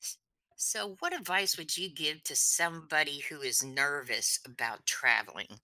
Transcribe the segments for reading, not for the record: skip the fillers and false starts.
S- So, what advice would you give to somebody who is nervous about traveling?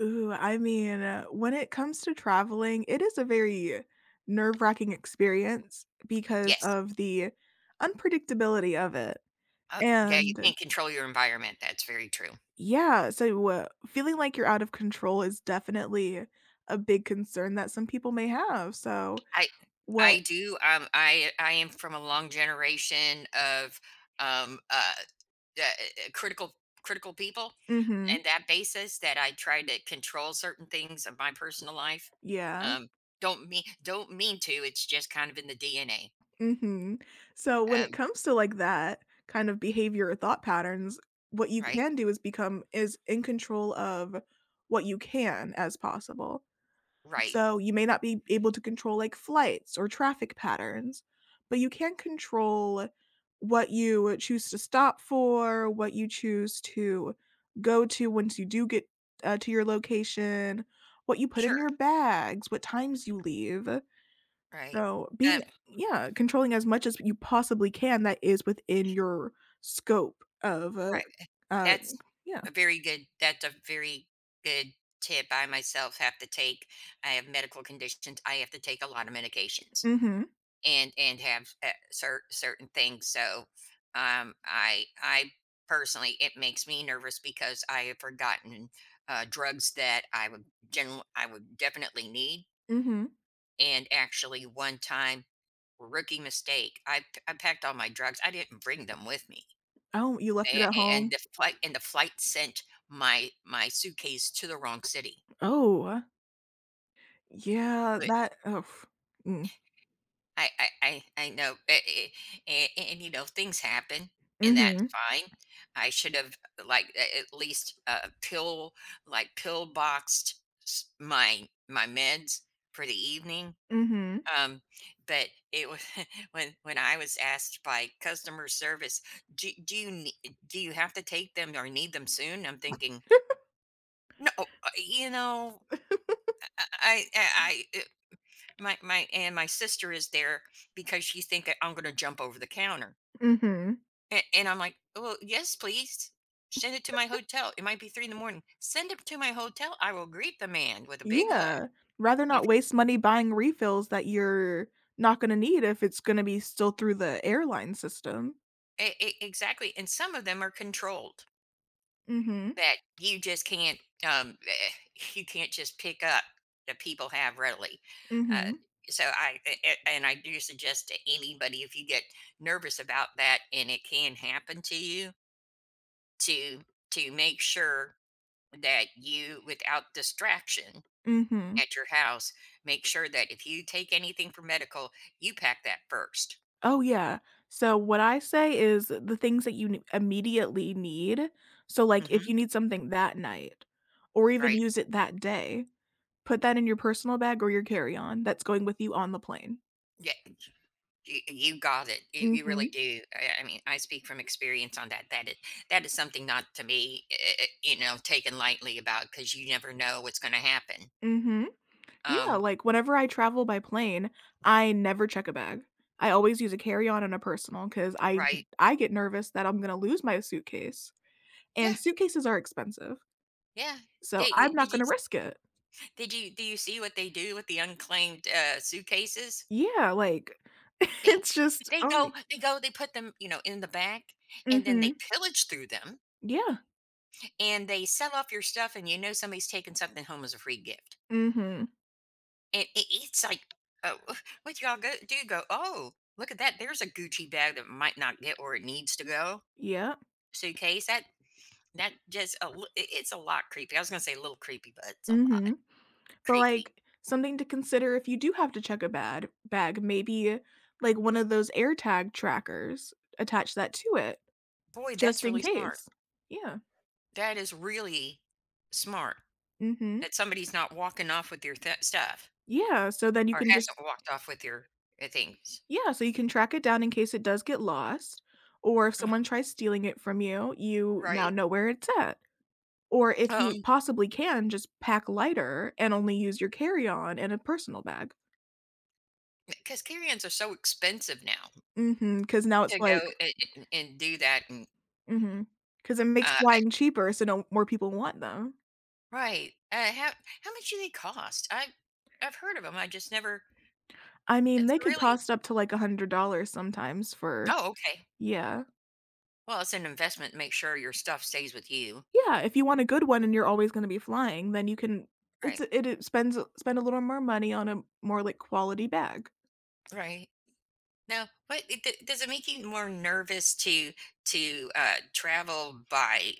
Ooh, I mean, when it comes to traveling, it is a very nerve-wracking experience because Yes. of the unpredictability of it. Uh, yeah, you And can't control your environment. That's very true. yeah, so feeling like you're out of control is definitely a big concern that some people may have. So I I what do. I am from a long generation of um uh, uh uh, critical critical people, mhm. and that basis that I try to control certain things of my personal life. Yeah. Um, don't mean to. It's just kind of in the DNA. Mhm. So when it Um, comes to like that kind of behavior or thought patterns, what you right, can do is become as in control of what you can as possible. right. So you may not be able to control like flights or traffic patterns, but you can control what you choose to stop for, what you choose to go to once you do get to your location, what you put in Sure, your bags, what times you leave. right. So uh, being yeah, controlling as much as you possibly can that is within your scope of right. uh That's yeah. that's a very good tip I myself have to take. I have medical conditions. I have to take a lot of medications, Mhm. and have certain things. So I personally, it makes me nervous because I have forgotten drugs that I would definitely need. Mhm. And actually, one time rookie mistake. I packed all my drugs. I didn't bring them with me, Oh, you left it at a and home? the flight sent my suitcase to the wrong city. Oh. Yeah, But that ugh. Mm. I know, things happen, and that's Mhm. fine. I should have, like, a at least, pill, like, pill boxed s my meds for the evening, Mhm. um, but it was when I was asked by customer service, "Do do you nee do you have to take them or need them soon?" I'm thinking, "No, you know, I I I- my sister is there because she think that I'm going to jump over the counter, Mhm. and I'm like, well, yes, please send it to my hotel. It might be 3 in the morning. Send it to my hotel. I will greet the man with a big hug. Yeah. Rather not If you waste money buying refills that you're not gonna need if it's gonna be still through the airline system. Exactly, and some of them are controlled Mhm. that you just can't, um eh, you can't just pick up that people have readily. Uh, Mhm. so I, and I do suggest to anybody, if you get nervous about that and it can happen to you, to to make sure that you, without distraction Mhm. at your house, make sure that if you take anything for medical, you pack that 1st. Oh, yeah. So, what I say is the things that you ne immediately need, so, like, if Hmm, you need something that night or even right. use it that day, put that in your personal bag or your carry-on that's going with you on the plane. Yeah, you got it. You Mhm. really do. I mean, I speak from experience on that. That is something not to be, you know, taken lightly about, because you never know what's going to happen. Mhm. Yeah, um like, whenever I travel by plane, I never check a bag. I always use a carry-on and a personal because right. I get nervous that I'm gonna lose my suitcase, Yeah, and suitcases are expensive, yeah. so did, I'm not did you gonna risk it. did you Do you see what they do with the unclaimed suitcases? Yeah, like, They it's just they go only they go they put them, you know, in the back, and then they mhm. pillage through them, Yeah. and they sell off your stuff, and you know somebody's taking something home as a free gift. Mhm. And it's like, oh. What y'all go do? You go, oh, look at that. There's a Gucci bag that might not get where it needs to go. Yep. Suitcase that that just a, li- it- it's a lot creepy. I was gonna say a little creepy, but it's a lot Mhm. But, creepy. like, something to consider if you do have to check a bad bag, maybe, like, one of those AirTag trackers, attach that to it Boy, just that's in really smart. case. Yeah. That is really smart Mhm. that somebody's not walking off with your stuff. Yeah, so then you Or can just hasn't walked off with your, things. yeah, so you can track it down in case it does get lost, or if Ugh, someone tries stealing it from you, you now right? know where it's at. Or if you Um, possibly can, just pack lighter and only use your carry-on and a personal bag. 'Cause carry-ons are so expensive now, Because now it's to like go a and do that, and, because it makes eh flying cheaper, so no more people want them. right. How much do they cost? I've heard of them. I just never. I mean, It's they could really. cost up to, like, $100 sometimes for Oh, okay. yeah. Well, it's an investment, make sure your stuff stays with you. Yeah, if you want a good one and you're always gonna be flying, then you can it's Right, it it spends spend a little more money on a more, like, quality bag. right. Now, what it d does it make you more nervous to travel by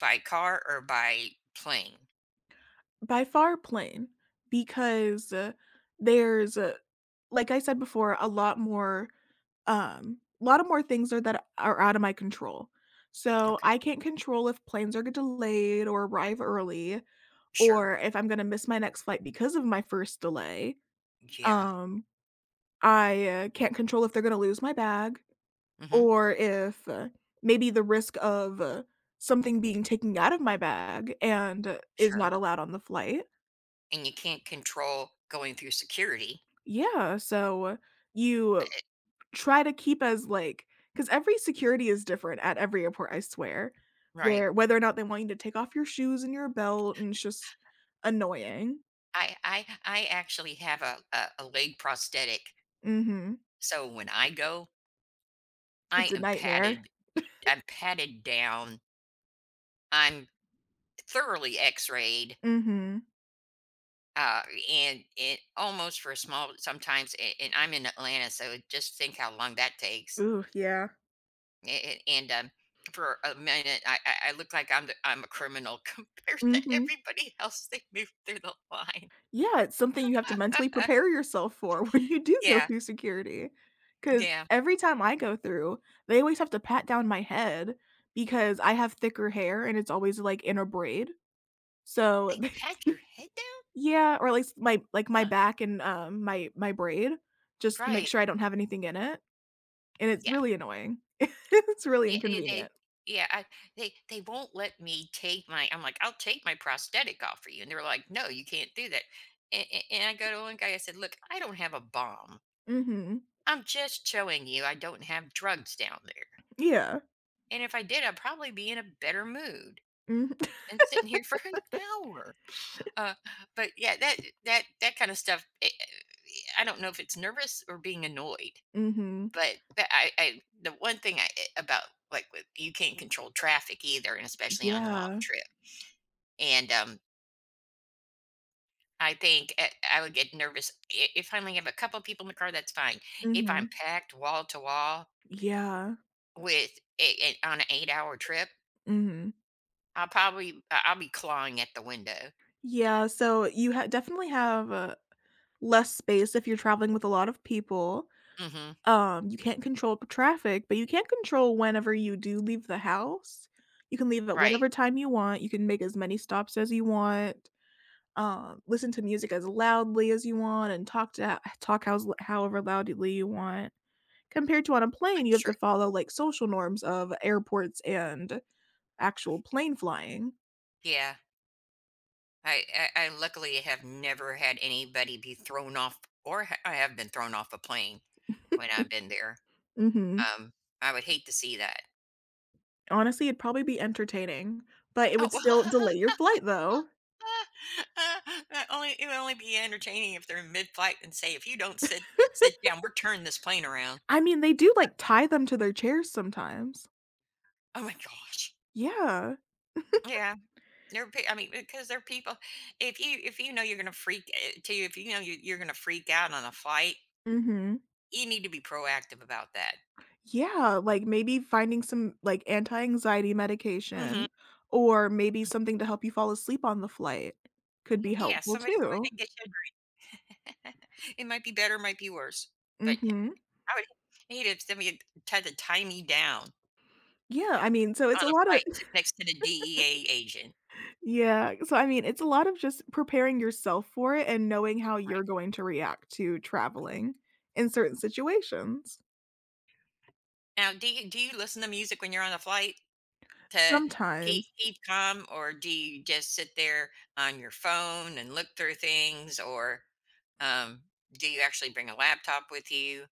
car or by plane? By far plane, because, there's, like I said before, a lot more, a lot of more things are that are out of my control. So, Okay. I can't control if planes are delayed or arrive early, Sure. or if I'm gonna miss my next flight because of my first delay. Yeah. Um, I, can't control if they're gonna lose my bag. Mhm. Or if maybe the risk of something being taken out of my bag and is not Sure. allowed on the flight. And you can't control going through security, Yeah, so you try to keep as, like because every security is different at every airport, I swear, right? where whether or not they want you to take off your shoes and your belt, and it's just annoying. I actually have a, a leg prosthetic, Mhm. so when I go, I It's a am nightmare. padded. I'm padded down. I'm thoroughly X-rayed, Mhm. uh, and it almost for a small sometimes. And I'm in Atlanta, so just think how long that takes. Ooh, yeah. And for a minute, I look like I'm a criminal compared to Mhm. everybody else. They move through the line. Yeah, it's something you have to mentally prepare yourself for when you do go Yeah, through security, because yeah. every time I go through, they always have to pat down my head because I have thicker hair and it's always, like, in a braid, so They pat your head down? yeah, or at least my like, my Huh, back and, my braid just to make right. sure I don't have anything in it, and it's Yeah. really annoying. It's really Yeah, yeah, they inconvenient. yeah, I They won't let me take my— I'm like, "I'll take my prosthetic off for you," and they're like, "No, you can't do that." And I go to one guy, I said, "Look, I don't have a bomb. Mhm. I'm just showing you I don't have drugs down there. Yeah. And if I did, I'd probably be in a better mood Mhm. than sitting here for an hour." Uh, but yeah, that kind of stuff, I don't know if it's nervous or being annoyed. Mhm. But I the one thing about, like, with— you can't control traffic either, and especially on a long Yeah. trip, and, I think I I would get nervous I if I only have a couple people in the car, that's fine. If I'm Mhm. packed wall to wall Yeah. with a on an 8-hour trip, Mhm. I'll probably I I'll be clawing at the window. Yeah, so you ha definitely have, less space if you're traveling with a lot of people. Mhm. You can't control p traffic, but you can not control whenever you do leave the house. You can leave at Right. whatever time you want, you can make as many stops as you want, listen to music as loudly as you want, and talk hows however loudly you want. Compared to on a plane, you That's have true. to follow, like, social norms of airports and actual plane flying. Yeah. I I luckily have never had anybody be thrown off, or ha I have been thrown off a plane when I've been there. Mhm. Um, I would hate to see that. Honestly, it'd probably be entertaining, but it Oh, would well, still delay your flight, though. that only it would only be entertaining if they're in mid-flight and say, "If you don't sit down, we're turning this plane around." I mean, they do, like, tie them to their chairs sometimes. Oh my gosh. Yeah. Yeah, they are I mean, because they are people. If you know you're gonna freak, eh, to if you know you're gonna freak out on a flight, Mhm. you need to be proactive about that. Yeah, like, maybe finding some, like, anti-anxiety medication Hmm. or maybe something to help you fall asleep on the flight could be Yeah, helpful somebody go ahead too. and get you a drink. It might be better, might be worse, but Mhm. I would hate if somebody tried to tie me down. Yeah, I mean, so On it's a a lot of flight, sit next to the DEA agent. yeah, so, I mean, it's a lot of just preparing yourself for it and knowing how you're Right. going to react to traveling in certain situations. Now, do you listen to music when you're on a flight to Sometimes keep calm, or do you just sit there on your phone and look through things, or um, do you actually bring a laptop with you?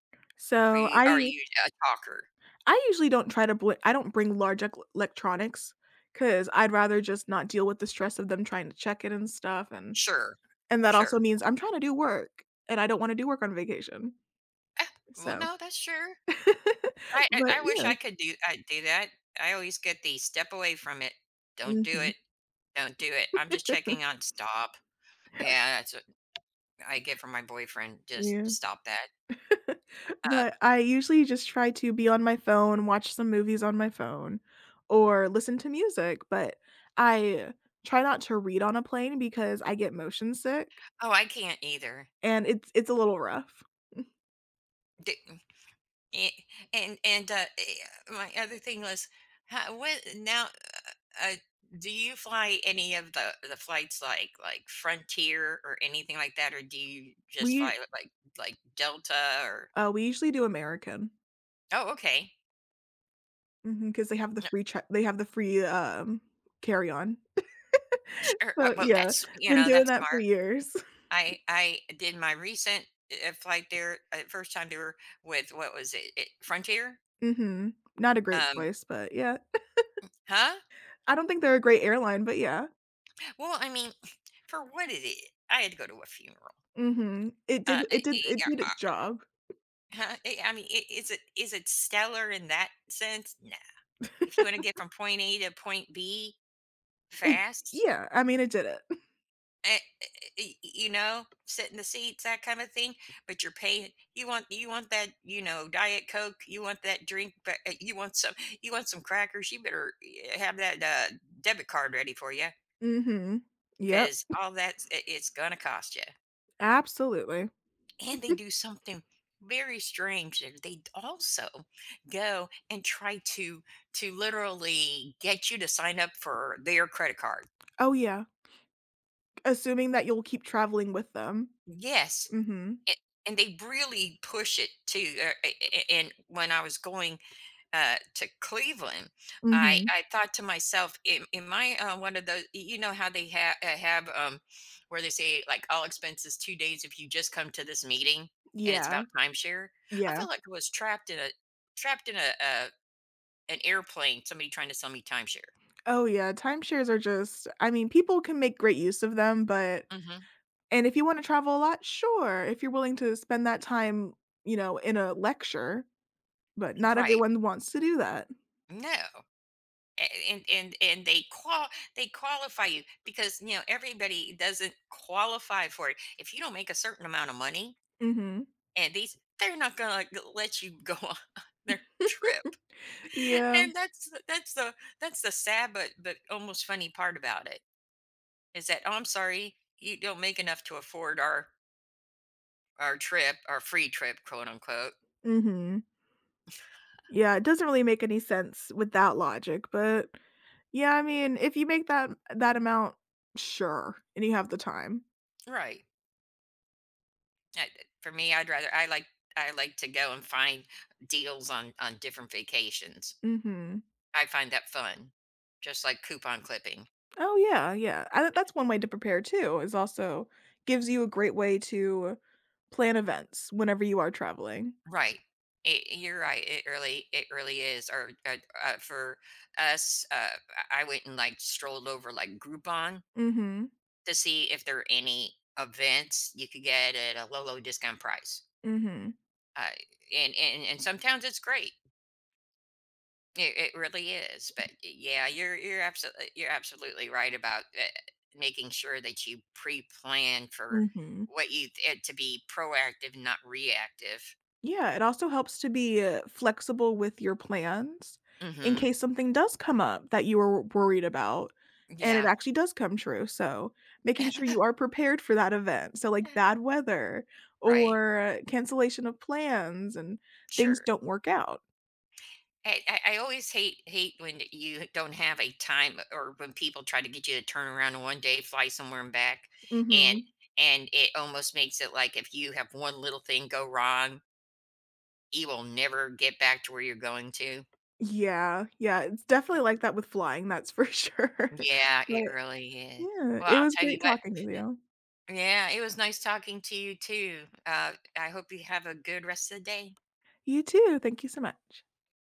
So, Are I you a talker? I usually don't try to bl I don't bring large ec electronics because 'cause I'd rather just not deal with the stress of them trying to check it and stuff, Sure, and that also sure. means I'm trying to do work, and I don't wanna do work on vacation, Eh, well, so no, that's sure. But I wish yeah. I do that. I always get the "step away from it. Don't do Mhm. it. Don't do it. I'm just checking on stop." Yeah, that's— I get from my boyfriend, "Just Yeah. stop that." Uh, But I usually just try to be on my phone, watch some movies on my phone, or listen to music, but I try not to read on a plane because I get motion sick. "Oh, I can't either." And it's a little rough. D eh, and, eh, my other thing was, how what now, uh, do you fly any of the flights like Frontier or anything like that, or do you just We fly with, like, Delta or— we usually do American, Oh, okay. because they have the Yep, free, carry-on. sure. So, Well, yeah, that's, you been know, doing that's that for smart. years. I did my recent, flight there, first time there with— what was it? Frontier? Mhm. Not a great Um— choice, but yeah. huh? I don't think they're a great airline, but yeah. Well, I mean, for what it is, I had to go to a funeral. Mhm. It Uh, I, did its job. I mean, is it— is it stellar in that sense? Nah. If you want to get from point A to point B It fast, yeah, I mean, it did it. eh, eh, you know, sit in the seats, that kind of thing. But you're paying. You want that, you know, diet coke. You want that drink. You want some, crackers. You better, have that debit card ready for you, Mhm. Yep, because all that's— it's gonna cost you. absolutely. And they do something very strange, and they also go and try to literally get you to sign up for their credit card. Oh, yeah, assuming that you'll keep traveling with them. Yes. Mhm. a- and they really push it too. And when I was going, to Cleveland, I Mhm. I thought to myself, am I, one of those? You know how they have, have, where they say, like, all expenses 2 days if you just come to this meeting, and it's Yeah, about timeshare. I yeah. felt like I was trapped in a trapped in a, uh an airplane, somebody trying to sell me timeshare. Oh, yeah, timeshares are just I mean, people can make great use of them, but Hmm. and if you wanna travel a lot, sure, if you're willing to spend that time, you know, in a lecture, but not Right. everyone wants to do that. No. A- and they qual they qualify you, because you know everybody doesn't qualify for it. If you don't make a certain amount of money, Mhm. and these— they're not gonna let you go on their trip. Yeah. And that's the sad but almost funny part about it, is that, "Oh, I'm sorry, you don't make enough to afford our trip, our free trip," quote unquote. Mhm. Yeah, it doesn't really make any sense with that logic, but yeah, I mean, if you make that amount, sure, and you have the time. Right. I- for me, I'd rather— I like to go and find deals on different vacations. Mhm. I find that fun, just like coupon clipping. Oh, yeah, yeah. I that's one way to prepare too, is also gives you a great way to plan events whenever you are traveling. Right. It— you're right. It really— it really is. Or, for us, I went and, like, strolled over like Groupon Mhm. to see if there are any events you could get at a low, low discount price. Mhm. Uh, and sometimes it's great. It really is. But yeah, you're absolutely right about, making sure that you pre-plan for Mhm. what you— it to be proactive, not reactive. Yeah, it also helps to be, flexible with your plans in Hmm. case something does come up that you were worried about, and it Yeah. actually does come true, so making sure you are prepared for that event, so, like, bad weather Right. or cancellation of plans and things Sure. don't work out. I always hate when you don't have a time, or when people try to get you to turn around in one day, fly somewhere and back. And Mhm. and it almost makes it like, if you have one little thing go wrong, you will never get back to where you're going to. Yeah, yeah, it's definitely like that with flying, that's for sure, Yeah, but it really is. yeah, Well, it I'll was tell you great what. talking with you. Yeah, it was nice talking to you too. I hope you have a good rest of the day. You too, thank you so much.